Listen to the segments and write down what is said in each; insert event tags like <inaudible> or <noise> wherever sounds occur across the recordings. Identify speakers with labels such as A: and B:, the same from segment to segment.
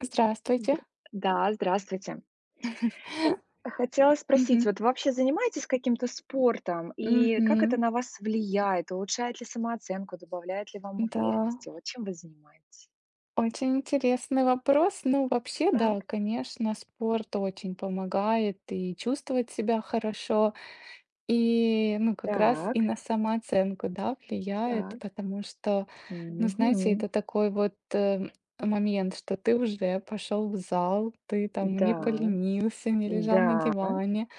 A: Здравствуйте.
B: Здра Да, здравствуйте. Хо Хотела спросить,
A: Мгм.
B: вот вы вообще занимаетесь каким-то спортом? И как
A: Мгм.
B: это на вас влияет? Улучшает ли самооценку, добавляет ли вам
A: Да,
B: уверенности? Вот чем вы занимаетесь?
A: очень интересный вопрос. Ну, вообще, да,
B: Так,
A: конечно, спорт очень помогает и чувствовать себя хорошо. И, ну, как раз
B: так,
A: и на самооценку, да, влияет,
B: так.
A: потому что, ну, знаете,
B: Мгм.
A: это такой вот, момент, что ты уже пошел в зал, ты там
B: Да,
A: не поленился, не лежал
B: да,
A: на диване,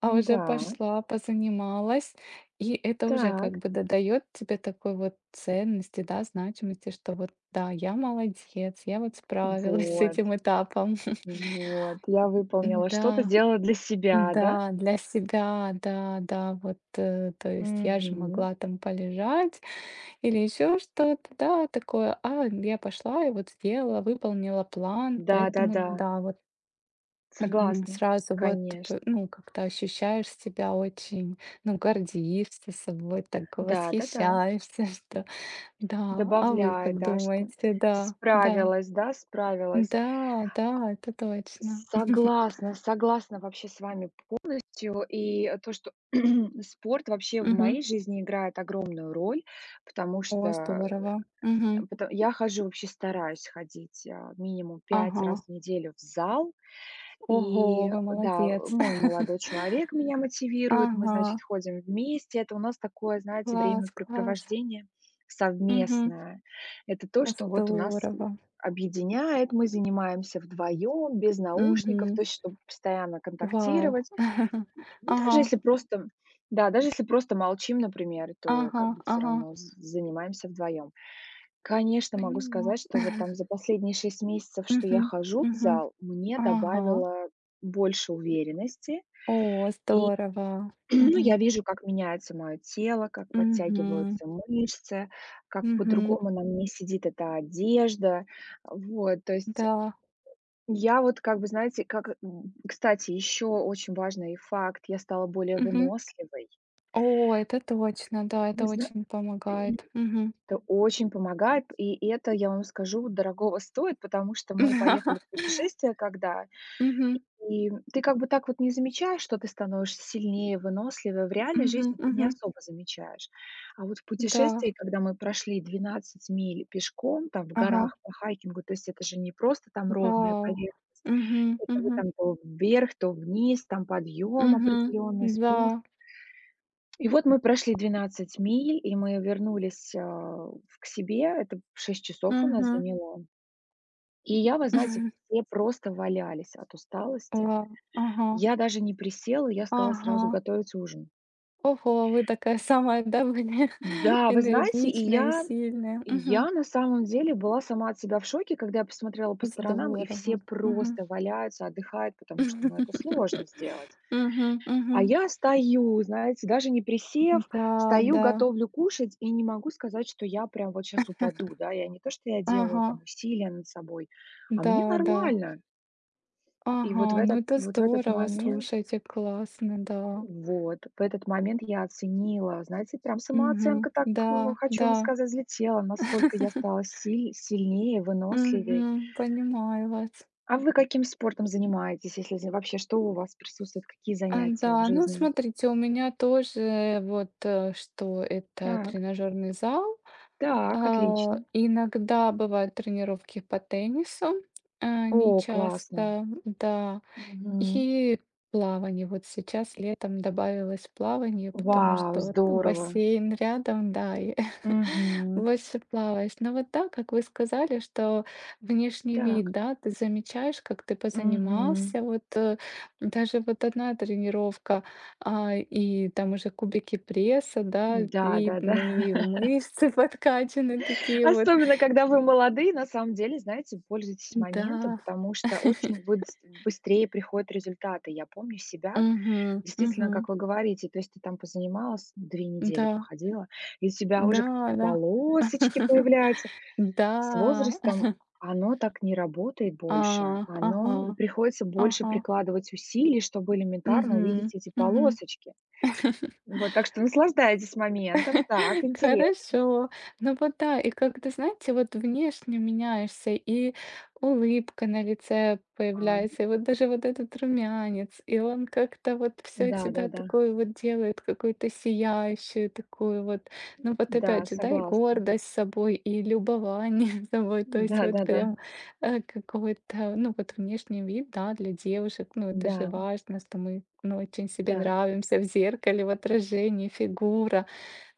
A: а уже
B: да,
A: пошла, позанималась. И это уже как
B: так.
A: бы додает тебе такой вот ценности, да, значимости, что вот да, я молодец, я вот справилась с
B: Вот,
A: этим этапом.
B: вот. Я выполнила
A: <laughs>
B: что-то,
A: Да.
B: сделала для себя, да?
A: Да, для себя, да, да, вот, то есть я же
B: Мгм.
A: могла там полежать или еще что-то, да, такое, а я пошла и вот сделала, выполнила план, поэтому
B: Да-да-да,
A: да, вот
B: согласна.
A: сразу вот,
B: Конечно.
A: ну, как-то ощущаешь себя очень, ну, гордишься собой, так
B: Да-да-да.
A: восхищаешься, <laughs> что да, а вы
B: Добавляет,
A: как
B: да, что
A: думаете, да, да,
B: справилась, да, справилась.
A: да, да, это точно. <laughs>
B: Согласна, согласна вообще с вами полностью. И то, что <clears throat> спорт вообще в
A: Мгм.
B: моей жизни играет огромную роль, потому
A: О,
B: что
A: здорово. Мгм.
B: пото я хожу, вообще стараюсь ходить, минимум пять
A: Ага.
B: раз в неделю в зал.
A: Ого,
B: И
A: вы
B: да,
A: молодец. <laughs>
B: мой молодой человек меня мотивирует, мы,
A: Ага,
B: значит, ходим вместе. Это у нас такое, знаете,
A: класс, класс.
B: времяпрепровождение
A: Мгм.
B: совместное. Это то, что вот у нас
A: Здорово.
B: объединяет, мы занимаемся вдвоем, без наушников,
A: Мгм.
B: то есть, чтобы постоянно
A: Вау.
B: контактировать.
A: <laughs>
B: Ну, даже
A: Ага,
B: если просто, да, даже если просто молчим, например, то
A: ага,
B: как бы все
A: ага.
B: равно занимаемся вдвоем. Конечно, могу
A: Понимаю.
B: сказать,
A: <laughs>
B: что вот там за последние 6 месяцев, что я
A: Мгм,
B: хожу в
A: мгм.
B: зал, мне
A: Ага.
B: добавило больше уверенности.
A: О,
B: И,
A: здорово.
B: <clears throat> ну,
A: Мгм,
B: я вижу, как меняется мое тело, как
A: мгм,
B: подтягиваются мышцы, как
A: мгм.
B: по-другому на мне сидит эта одежда. Вот, то есть
A: Да.
B: я вот как бы, знаете, как, кстати, еще очень важный факт, я стала более
A: Мгм.
B: выносливой.
A: О, это точно, да, это
B: Вы зна
A: очень помогает. Мгм.
B: Это очень помогает, и это, я вам скажу, вот дорогого стоит, потому что мы поехали в
A: <laughs>
B: путешествие когда,
A: Мгм,
B: и ты как бы так вот не замечаешь, что ты становишься сильнее, выносливее. В реальной
A: мгм,
B: жизни ты не
A: мгм.
B: особо замечаешь. А вот в
A: Да.
B: путешествии, когда мы прошли 12 миль пешком, там в
A: Ага.
B: горах по хайкингу, то есть это же не просто там ровная
A: Вау.
B: поверхность,
A: Мгм,
B: это вы
A: мгм,
B: там то вверх, то вниз, там подъем
A: мгм.
B: определенный,
A: Да.
B: спуск. И вот мы прошли 12 миль, и мы вернулись, а, в к себе. Это 6 часов у нас
A: Мгм.
B: заняло. И я, вы знаете,
A: <laughs>
B: все просто валялись от усталости.
A: Вау. Ага,
B: Я даже не присела, я стала
A: ага.
B: сразу готовить ужин.
A: Ого, вы такая самая, да, были <laughs>
B: Да, вы знаете, и
A: энергичная и
B: я
A: сильная. Мгм.
B: я на самом деле была сама от себя в шоке, когда я посмотрела по сторонам, и все
A: Здорово. Мгм.
B: просто валяются, отдыхают, потому что, ну, это сложно сделать.
A: <laughs> Мгм,
B: А
A: мгм.
B: я стою, знаете, даже не присев,
A: Да,
B: стою,
A: да.
B: готовлю кушать и не могу сказать, что я прям вот сейчас упаду, да. Я не то, что я делаю
A: Ага.
B: там усилия над собой, а мне
A: Да, да.
B: нормально. И
A: Ага, ну это
B: вот в этот
A: здорово,
B: момент
A: слушайте, классно, да.
B: вот, В этот момент я оценила, знаете, прям
A: Мгм.
B: самооценка так,
A: Да,
B: ну, хочу
A: да.
B: вам сказать, взлетела, насколько я стала сильнее, выносливее.
A: Мгм. Понимаю вас.
B: А вы каким спортом занимаетесь, если з вообще что у вас присутствует, какие
A: А,
B: занятия в
A: да, ну,
B: жизни?
A: смотрите, у меня тоже вот, что это
B: Так,
A: тренажерный зал.
B: так,
A: А,
B: отлично.
A: иногда бывают тренировки по теннису, а, не
B: О, классно.
A: часто, да.
B: Мгм.
A: И плавание. Вот сейчас летом добавилось плавание,
B: Да.
A: потому
B: Вау,
A: что вот
B: здорово.
A: бассейн рядом, да, и <laughs>
B: Мгм.
A: больше плаваешь. Но вот да, как вы сказали, что внешний вид,
B: Так.
A: да, ты замечаешь, как ты
B: Мгм.
A: позанимался, вот даже вот одна тренировка, а, и там уже кубики пресса, да,
B: Да, да, да.
A: видны, и
B: <laughs>
A: мышцы <laughs> подкачаны такие вот.
B: Особенно, когда вы молодые, на самом деле, знаете, пользуйтесь
A: Да,
B: моментом, потому что очень быдс быстрее приходят результаты. Я помню себя,
A: угу,
B: действительно,
A: угу,
B: как вы говорите, то есть ты там позанималась, 2 недели
A: да,
B: походила, и у тебя уже какие-то
A: да, да.
B: полосочки
A: <laughs>
B: появляются. С
A: Да,
B: возрастом оно так не работает
A: а,
B: больше. Оно
A: ага,
B: приходится больше
A: ага,
B: прикладывать усилий, чтобы элементарно
A: мгм,
B: увидеть эти
A: мгм.
B: полосочки.
A: <laughs>
B: Вот, так что наслаждайтесь моментом. Так,
A: <laughs>
B: интересно.
A: Хорошо. Ну вот да, и как-то, знаете, вот внешне меняешься, и улыбка на лице появляется, и вот даже вот этот румянец, и он как-то вот все
B: Да-да-да.
A: тебя
B: Да, да.
A: такой вот делает, какую-то сияющую такую вот. Ну вот
B: Да,
A: опять же, да, и
B: согласна.
A: гордость собой, и любование <laughs> собой, то есть вот
B: Да-да-да.
A: прям, какой-то, ну вот внешний вид, да, для девушек, ну это же
B: Да, да.
A: важно, что мы, ну, очень
B: Да,
A: себе
B: да.
A: нравимся в зеркале, в отражении, фигура.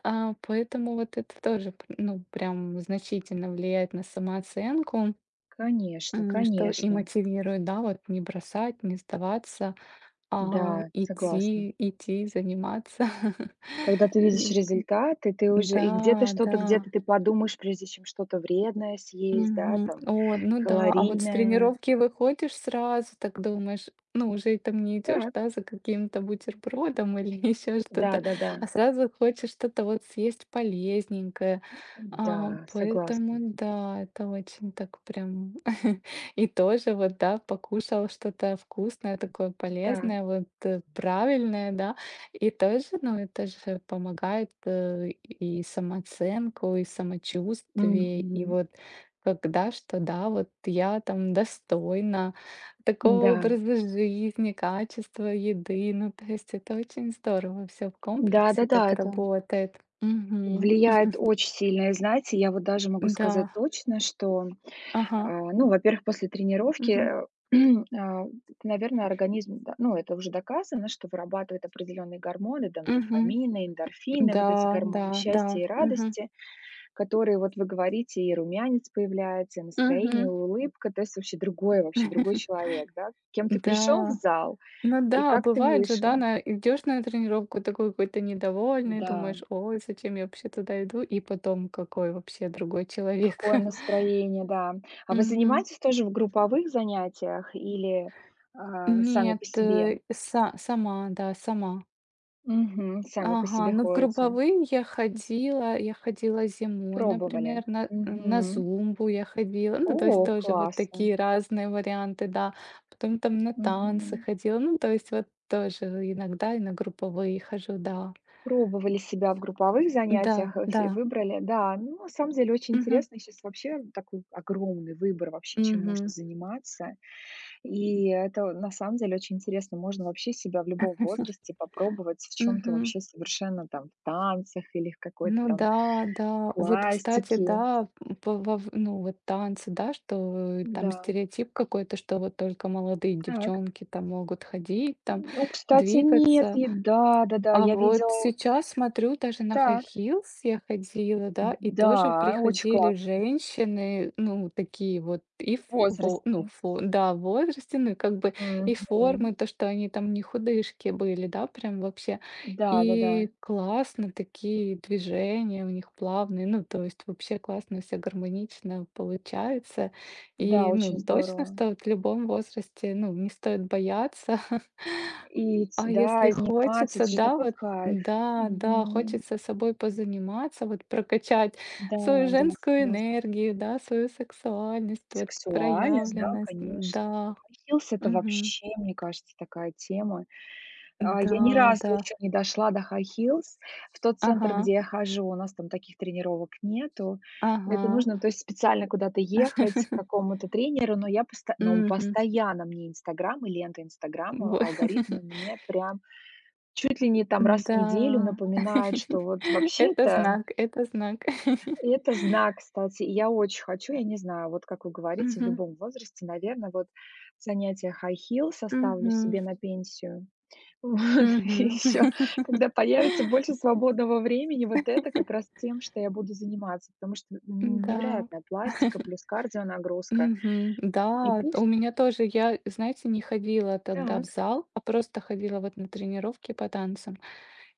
A: А, поэтому вот это тоже, ну, прям значительно влияет на самооценку,
B: Конечно,
A: что и
B: конечно.
A: мотивирует, да, вот не бросать, не сдаваться, а
B: Да, согласна.
A: идти, идти, заниматься. <laughs>
B: Когда ты видишь
A: И-
B: результаты, ты уже и где-то
A: да,
B: что-то,
A: да.
B: где-то ты подумаешь, прежде чем что-то вредное съесть, да,
A: Мгм.
B: там,
A: О, ну да, а вот с
B: калорийное.
A: тренировки выходишь сразу, так думаешь, ну, уже и там не идешь,
B: Так,
A: да, за каким-то бутербродом или <laughs> еще что-то,
B: да-да-да.
A: а сразу хочешь что-то вот съесть полезненькое. А,
B: Да,
A: поэтому
B: согласна.
A: да, это очень так прям. <laughs> И тоже вот, да, покушал что-то вкусное, такое
B: Да.
A: полезное, вот правильное, да. И тоже, ну, это же помогает и самооценку, и самочувствие, и
B: Мгм.
A: вот когда, что да, вот я там достойна такого
B: Да.
A: образа жизни, качества еды. Ну, то есть это очень здорово, все в комплексе
B: Да-да-да,
A: так
B: это
A: работает. Мгм.
B: влияет
A: <laughs>
B: очень сильно. И знаете, я вот даже могу сказать
A: Да,
B: точно, что,
A: ага.
B: ну, во-первых, после тренировки,
A: Мгм.
B: <clears throat> а, наверное, организм, да, ну, это уже доказано, что вырабатывает определенные гормоны, там,
A: Мгм.
B: дофамины, эндорфины, вот
A: Да,
B: эти
A: да,
B: гормоны
A: да.
B: счастья и
A: Мгм.
B: радости, которые, вот вы говорите, и румянец появляется, и настроение,
A: Мгм.
B: и улыбка, то есть вообще другой
A: <laughs>
B: человек, да. Кем ты пришел в
A: Да.
B: зал,
A: Ну
B: и
A: да,
B: как ты
A: бывает же, да,
B: вышел?
A: на идешь на тренировку такой какой-то
B: Мгм.
A: недовольный,
B: Да,
A: думаешь, ой, зачем я вообще туда иду, и потом какой вообще другой человек.
B: какое
A: <laughs>
B: настроение, да. А вы
A: Мгм.
B: занимаетесь тоже в групповых занятиях или, сами
A: Нет,
B: по себе?
A: э, са сама, да, сама.
B: Мгм. Сами по
A: Ага,
B: себе
A: ну,
B: ходите.
A: групповые я ходила зимой, например,
B: Пробовали.
A: на
B: Мгм.
A: зумбу я ходила, ну, то есть
B: О,
A: тоже вот
B: классно.
A: такие разные варианты, да. Потом там на танцы
B: Мгм.
A: ходила, ну, то есть вот тоже иногда и на групповые хожу, да.
B: Пробовали себя в групповых
A: Да,
B: занятиях, э,
A: да.
B: ф выбрали. Да, ну, на самом деле очень
A: Угу,
B: интересно. Сейчас вообще такой огромный выбор вообще, чем можно
A: угу,
B: заниматься. И это на самом деле очень интересно. Можно вообще себя в любом возрасте попробовать в чем-то
A: Мгм.
B: вообще совершенно там в танцах или в какой-то
A: Ну
B: там. Да,
A: да, да. Вот, кстати,
B: пластике.
A: да, по во в ну, вот танцы, да, что, там
B: Да,
A: стереотип какой-то, что вот только молодые
B: так.
A: девчонки там могут ходить, там
B: Ну, кстати, нет,
A: двигаться.
B: и да, да-да,
A: А
B: я
A: вот
B: видела.
A: сейчас смотрю, даже на хай
B: Так.
A: хилс я ходила, да, и тоже
B: Да, очень
A: приходили
B: классно.
A: женщины, ну, такие вот и в
B: В
A: во ну,
B: возрасте.
A: фо да, в возрасте, ну, и как бы и
B: Мгм.
A: формы, то, что они там не худышки были, да, прям вообще.
B: Да, да-да.
A: И классно, такие движения у них плавные, ну, то есть вообще классно, все гармонично получается.
B: Да, да,
A: И, ну,
B: очень
A: точно,
B: здорово.
A: что вот в любом возрасте, ну, не стоит бояться. <laughs>
B: И ц
A: А если
B: Да, и заниматься,
A: хочется,
B: это же
A: да,
B: такой
A: вот,
B: кайф.
A: да, да,
B: Мгм.
A: хочется собой позаниматься, вот прокачать
B: Да,
A: свою
B: да,
A: женскую
B: согласна.
A: энергию, да, свою сексуальность, вот
B: Сексуальность, да,
A: проявленность,
B: конечно.
A: да,
B: Хай-хилс — это
A: мгм.
B: вообще, мне кажется, такая тема. А,
A: Да,
B: я ни разу
A: да,
B: еще не дошла до хай-хилс. В тот центр,
A: ага,
B: где я хожу, у нас там таких тренировок нету.
A: ага,
B: Это нужно, то есть, специально куда-то ехать к
A: <laughs>
B: какому-то тренеру, но я посто но он
A: мгм,
B: постоянно мне «Инстаграм» и лента
A: во
B: «Инстаграма»,
A: <laughs>
B: алгоритмы мне прям чуть ли не там раз в неделю
A: да,
B: напоминают,
A: <laughs>
B: что вот
A: это
B: вообще-то
A: знак, это знак. <laughs>
B: и это знак, кстати. И я очень хочу, я не знаю, вот как вы говорите, в
A: Мгм,
B: любом возрасте, наверное, вот занятие high heels оставлю
A: мгм,
B: себе на пенсию. Вот, <laughs> и
A: мгм,
B: еще, когда появится больше свободного времени, вот это как
A: <laughs>
B: раз тем, что я буду заниматься, потому что
A: да.
B: невероятная пластика плюс кардионагрузка.
A: Мгм.
B: И
A: Да, т у
B: пусть
A: меня тоже. Я, знаете, не ходила тогда в
B: так,
A: зал, а просто ходила вот на тренировки по танцам.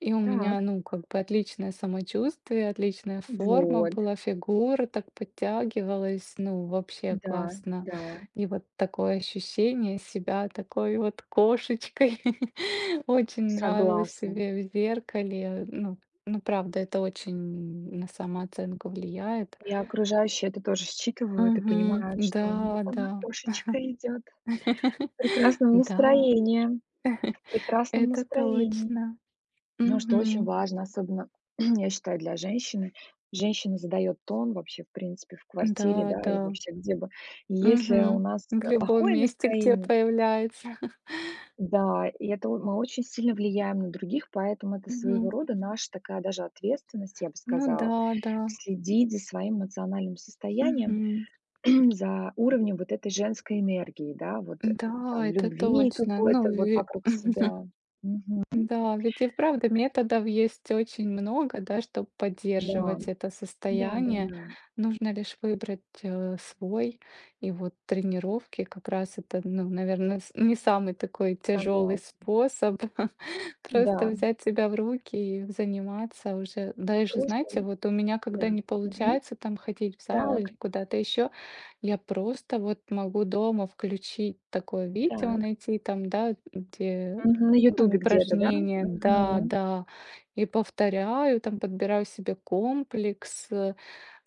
A: И у
B: так,
A: меня, ну, как бы отличное самочувствие, отличная форма
B: вот,
A: была, фигура так подтягивалась, ну, вообще
B: да,
A: классно.
B: да,
A: И вот такое ощущение себя такой вот кошечкой. <laughs> Очень нравилось
B: согласна.
A: себе в зеркале. Ну ну, правда, это очень на самооценку влияет.
B: И окружающие это тоже считывают и
A: Мгм.
B: понимают,
A: Да,
B: что ну,
A: да.
B: она кошечка идет.
A: <laughs>
B: Прекрасным
A: Да,
B: настроением, прекрасном
A: это
B: настроении.
A: точно.
B: Ну, что очень
A: Мгм.
B: важно, особенно, <clears throat> я считаю, для женщины. Женщина задает тон вообще, в принципе, в квартире,
A: Да,
B: да,
A: да.
B: и вообще где бы. И если у
A: Мгм.
B: нас,
A: В любом
B: плохое
A: месте, где
B: настроение,
A: появляется.
B: да, и это мы очень сильно влияем на других, поэтому это своего
A: Мгм.
B: рода наша такая даже ответственность, я бы
A: Ну
B: сказала,
A: да, да.
B: следить за своим эмоциональным состоянием.
A: Мгм.
B: <clears throat> За уровнем вот этой женской энергии, да, вот, там
A: Да, это
B: любви
A: точно. Ну,
B: какой-то вот вокруг себя. Мгм.
A: да, ведь и правда методов есть очень много, да, чтобы
B: Да,
A: поддерживать это состояние.
B: да-да-да,
A: Нужно лишь выбрать свой. И вот тренировки как раз это, ну, наверное, не самый такой тяжелый
B: согласна.
A: способ. <laughs> Просто
B: Да,
A: взять себя в руки и заниматься уже. Даже,
B: просто,
A: знаете, вот у меня,
B: да.
A: когда не
B: Мгм.
A: получается там ходить в зал
B: Так,
A: или куда-то еще, я просто вот могу дома включить такое видео,
B: так.
A: найти там, да, где
B: Мгм. На
A: ну,
B: «Ютубе» где-то, да?
A: упражнения, да,
B: Мгм.
A: да. И повторяю, там подбираю себе комплекс.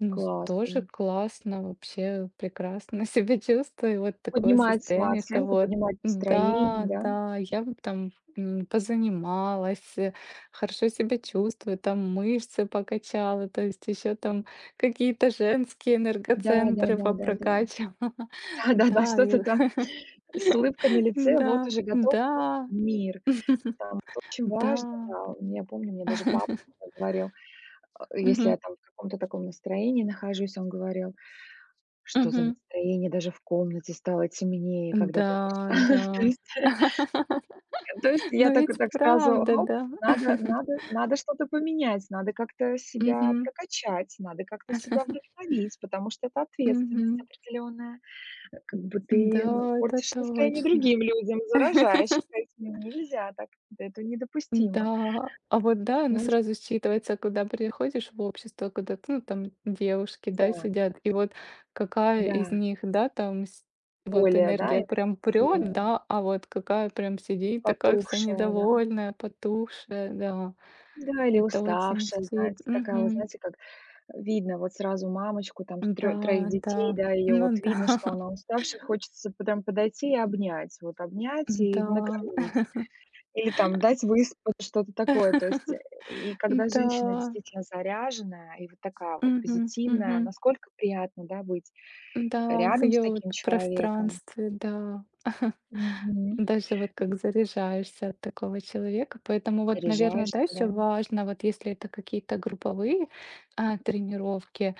A: Ну, тоже
B: Классно.
A: классно, вообще прекрасно <laughs> себя чувствую. Вот такое
B: Поднимает
A: состояние, что
B: самооценку,
A: вот,
B: поднимает
A: да,
B: настроение, да?
A: да, я б там позанималась, хорошо себя чувствую, там мышцы покачала, то есть еще там какие-то женские энергоцентры
B: Да-да-да-да-да.
A: попрокачивала. <laughs>
B: Да-да-да, <laughs>
A: Да,
B: что-то там с улыбкой на
A: <laughs>
B: лице, вот
A: да,
B: уже готов
A: да,
B: мир. Там, что очень важно,
A: да.
B: да, я помню, мне даже папа
A: <laughs>
B: говорил. А, если
A: Мгм,
B: я там в каком-то таком настроении нахожусь, он говорил: «Что за
A: мгм.
B: настроение? Даже в комнате стало темнее, когда
A: Да,
B: ты зашла».
A: да.
B: <laughs> То есть то есть
A: Но
B: я так
A: ведь
B: так сразу:
A: правда,
B: «Оп,
A: да.
B: надо
A: <laughs>
B: надо надо что-то поменять, надо как-то себя
A: Мгм,
B: прокачать, надо как-то себя вдохновить, потому что это ответственность
A: мгм.
B: определенная. Как бы ты, ну,
A: Да, это
B: портишь настроение
A: точно.
B: другим людям, заражаешь,
A: <laughs>
B: поэтому нельзя так, да, это недопустимо».
A: Да, а вот да, оно
B: Нужно
A: сразу считывается, когда приходишь в общество, когда ты, ну, там девушки, да,
B: да,
A: сидят, и вот какая из
B: да,
A: них, да, там вот
B: более, да,
A: энергия прям прет,
B: сильная,
A: да, а вот какая прям сидит такая вся
B: потухшая, да.
A: недовольная, потухшая, да,
B: Да, или
A: это очень
B: уставшая, знаете, такая вот,
A: сильно.
B: знаете, как видно вот сразу мамочку, там, с
A: Да,
B: трё троих
A: да,
B: детей, да, ее
A: ну
B: вот видно,
A: да,
B: что она уставшая, хочется прям подойти и обнять, вот обнять
A: <laughs>
B: и
A: да,
B: накормить. Или там дать выспаться, что-то такое. То есть, и когда
A: <laughs>
B: женщина
A: да,
B: действительно заряженная и вот такая вот
A: мгм, мгм.
B: позитивная, насколько приятно, да, быть
A: Да, в
B: рядом с
A: ее вот
B: таким человеком.
A: пространстве, да. <laughs>
B: Мгм.
A: Даже вот как заряжаешься от такого человека. Поэтому вот, наверное, да,
B: Заряжаешься, да.
A: еще важно, вот если это какие-то групповые, а, тренировки,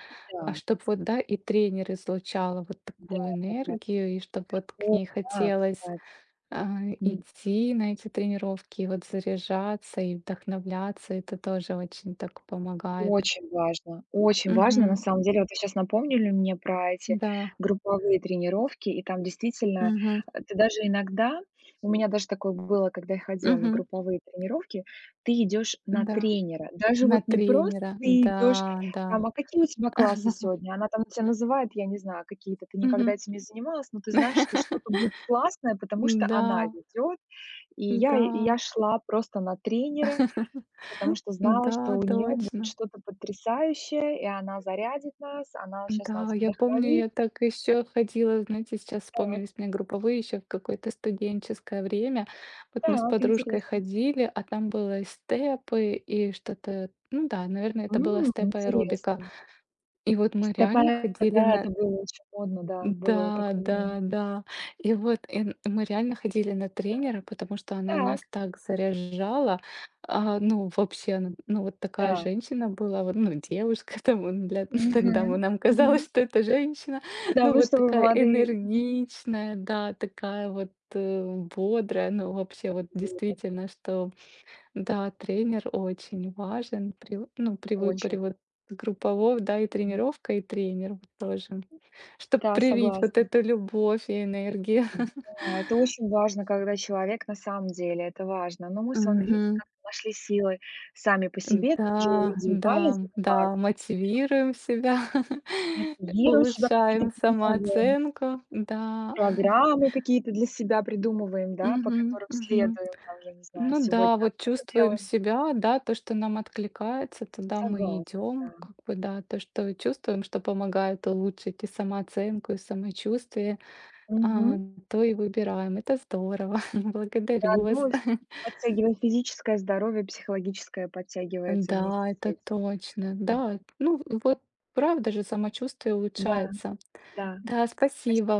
A: а
B: Да,
A: чтобы вот, да, и тренер излучала вот такую
B: да-да-да.
A: энергию, и чтобы вот
B: О
A: к ней
B: да,
A: хотелось
B: кстати.
A: А, идти на эти тренировки, и вот заряжаться и вдохновляться, это тоже очень так помогает.
B: Очень важно, очень важно. На
A: Мгм.
B: самом деле, вот вы сейчас напомнили мне про эти
A: Да.
B: групповые тренировки, и там действительно,
A: Мгм.
B: ты даже иногда у меня даже такое было, когда я ходила на
A: Мгм.
B: групповые тренировки, ты идешь на
A: Да.
B: тренера. Даже
A: На
B: вот не просто
A: тренера.
B: ты идешь
A: Да, да.
B: там: «А какие у тебя классы
A: <laughs>
B: сегодня?» Она там тебя называет, я не знаю, какие-то, ты никогда
A: Мгм.
B: этим не занималась, но ты знаешь, что
A: <laughs>
B: что-то будет классное, потому что
A: Да,
B: она ведет. И я
A: да.
B: шла просто на тренера,
A: <laughs>
B: потому что знала, что
A: Да,
B: у нее будет
A: точно.
B: что-то потрясающее, и она зарядит нас, она сейчас
A: Да,
B: нас
A: я помню,
B: вдохновит.
A: я так еще ходила, знаете, сейчас
B: Так,
A: вспомнились мне групповые еще в какое-то студенческое время. Вот мы с
B: так,
A: подружкой
B: интересно.
A: ходили, а там было и степы, и что-то, ну да, наверное, это была
B: М,
A: степ аэробика.
B: интересно.
A: И вот мы
B: Стопэ,
A: реально ходили
B: да,
A: на
B: это было очень модно, да, было
A: да,
B: такое время.
A: да, да. И вот, и н мы реально ходили на тренера, потому что она
B: Так,
A: нас так заряжала. А, ну, вообще, она, ну, вот такая
B: да.
A: женщина была, вот, ну, девушка <laughs> там, для <laughs> тогда
B: Мгм,
A: мы нам
B: мгм.
A: казалось, что это женщина.
B: Ну да,
A: Ну,
B: вы
A: вот
B: что, вы
A: такая
B: молодые. Мгм.
A: энергичная, да, такая вот, бодрая. Ну, вообще, вот
B: Вот,
A: действительно, что, да, тренер очень важен при
B: очень.
A: выборе вот группового, да, и тренировка, и тренер вот тоже. Чтоб
B: Да,
A: привить вот
B: согласна.
A: эту любовь и энергию. <laughs>
B: Да, это очень важно, когда человек на самом деле, это важно. Но мы с вами, видите,
A: Мгм.
B: как нашли силы сами по себе, тоже
A: Да,
B: индивидуально
A: да, да,
B: заниматься.
A: мотивируем себя, <laughs>
B: Мотивируем себя, какие-то
A: улучшаем
B: придумываем
A: самооценку, да.
B: программы какие-то для себя придумываем, да, по
A: Мгм,
B: которым
A: мгм.
B: следуем, там, я не знаю,
A: Ну да,
B: сегодня
A: вот
B: одно
A: чувствуем
B: делаем.
A: себя, да, то, что нам откликается, туда мы и
B: Согласна, да.
A: идем, как бы, да, то, что чувствуем, что помогает улучшить и самооценку, и самочувствие, а,
B: Мгм.
A: то и выбираем. Это здорово. <laughs> Благодарю вас.
B: Заодно и подтягивая физическое здоровье, психологическое подтягивается вместе
A: Да,
B: с
A: это
B: этим.
A: точно.
B: Мгм.
A: Да, ну вот правда же самочувствие
B: Да,
A: улучшается.
B: да.
A: Да, спасибо.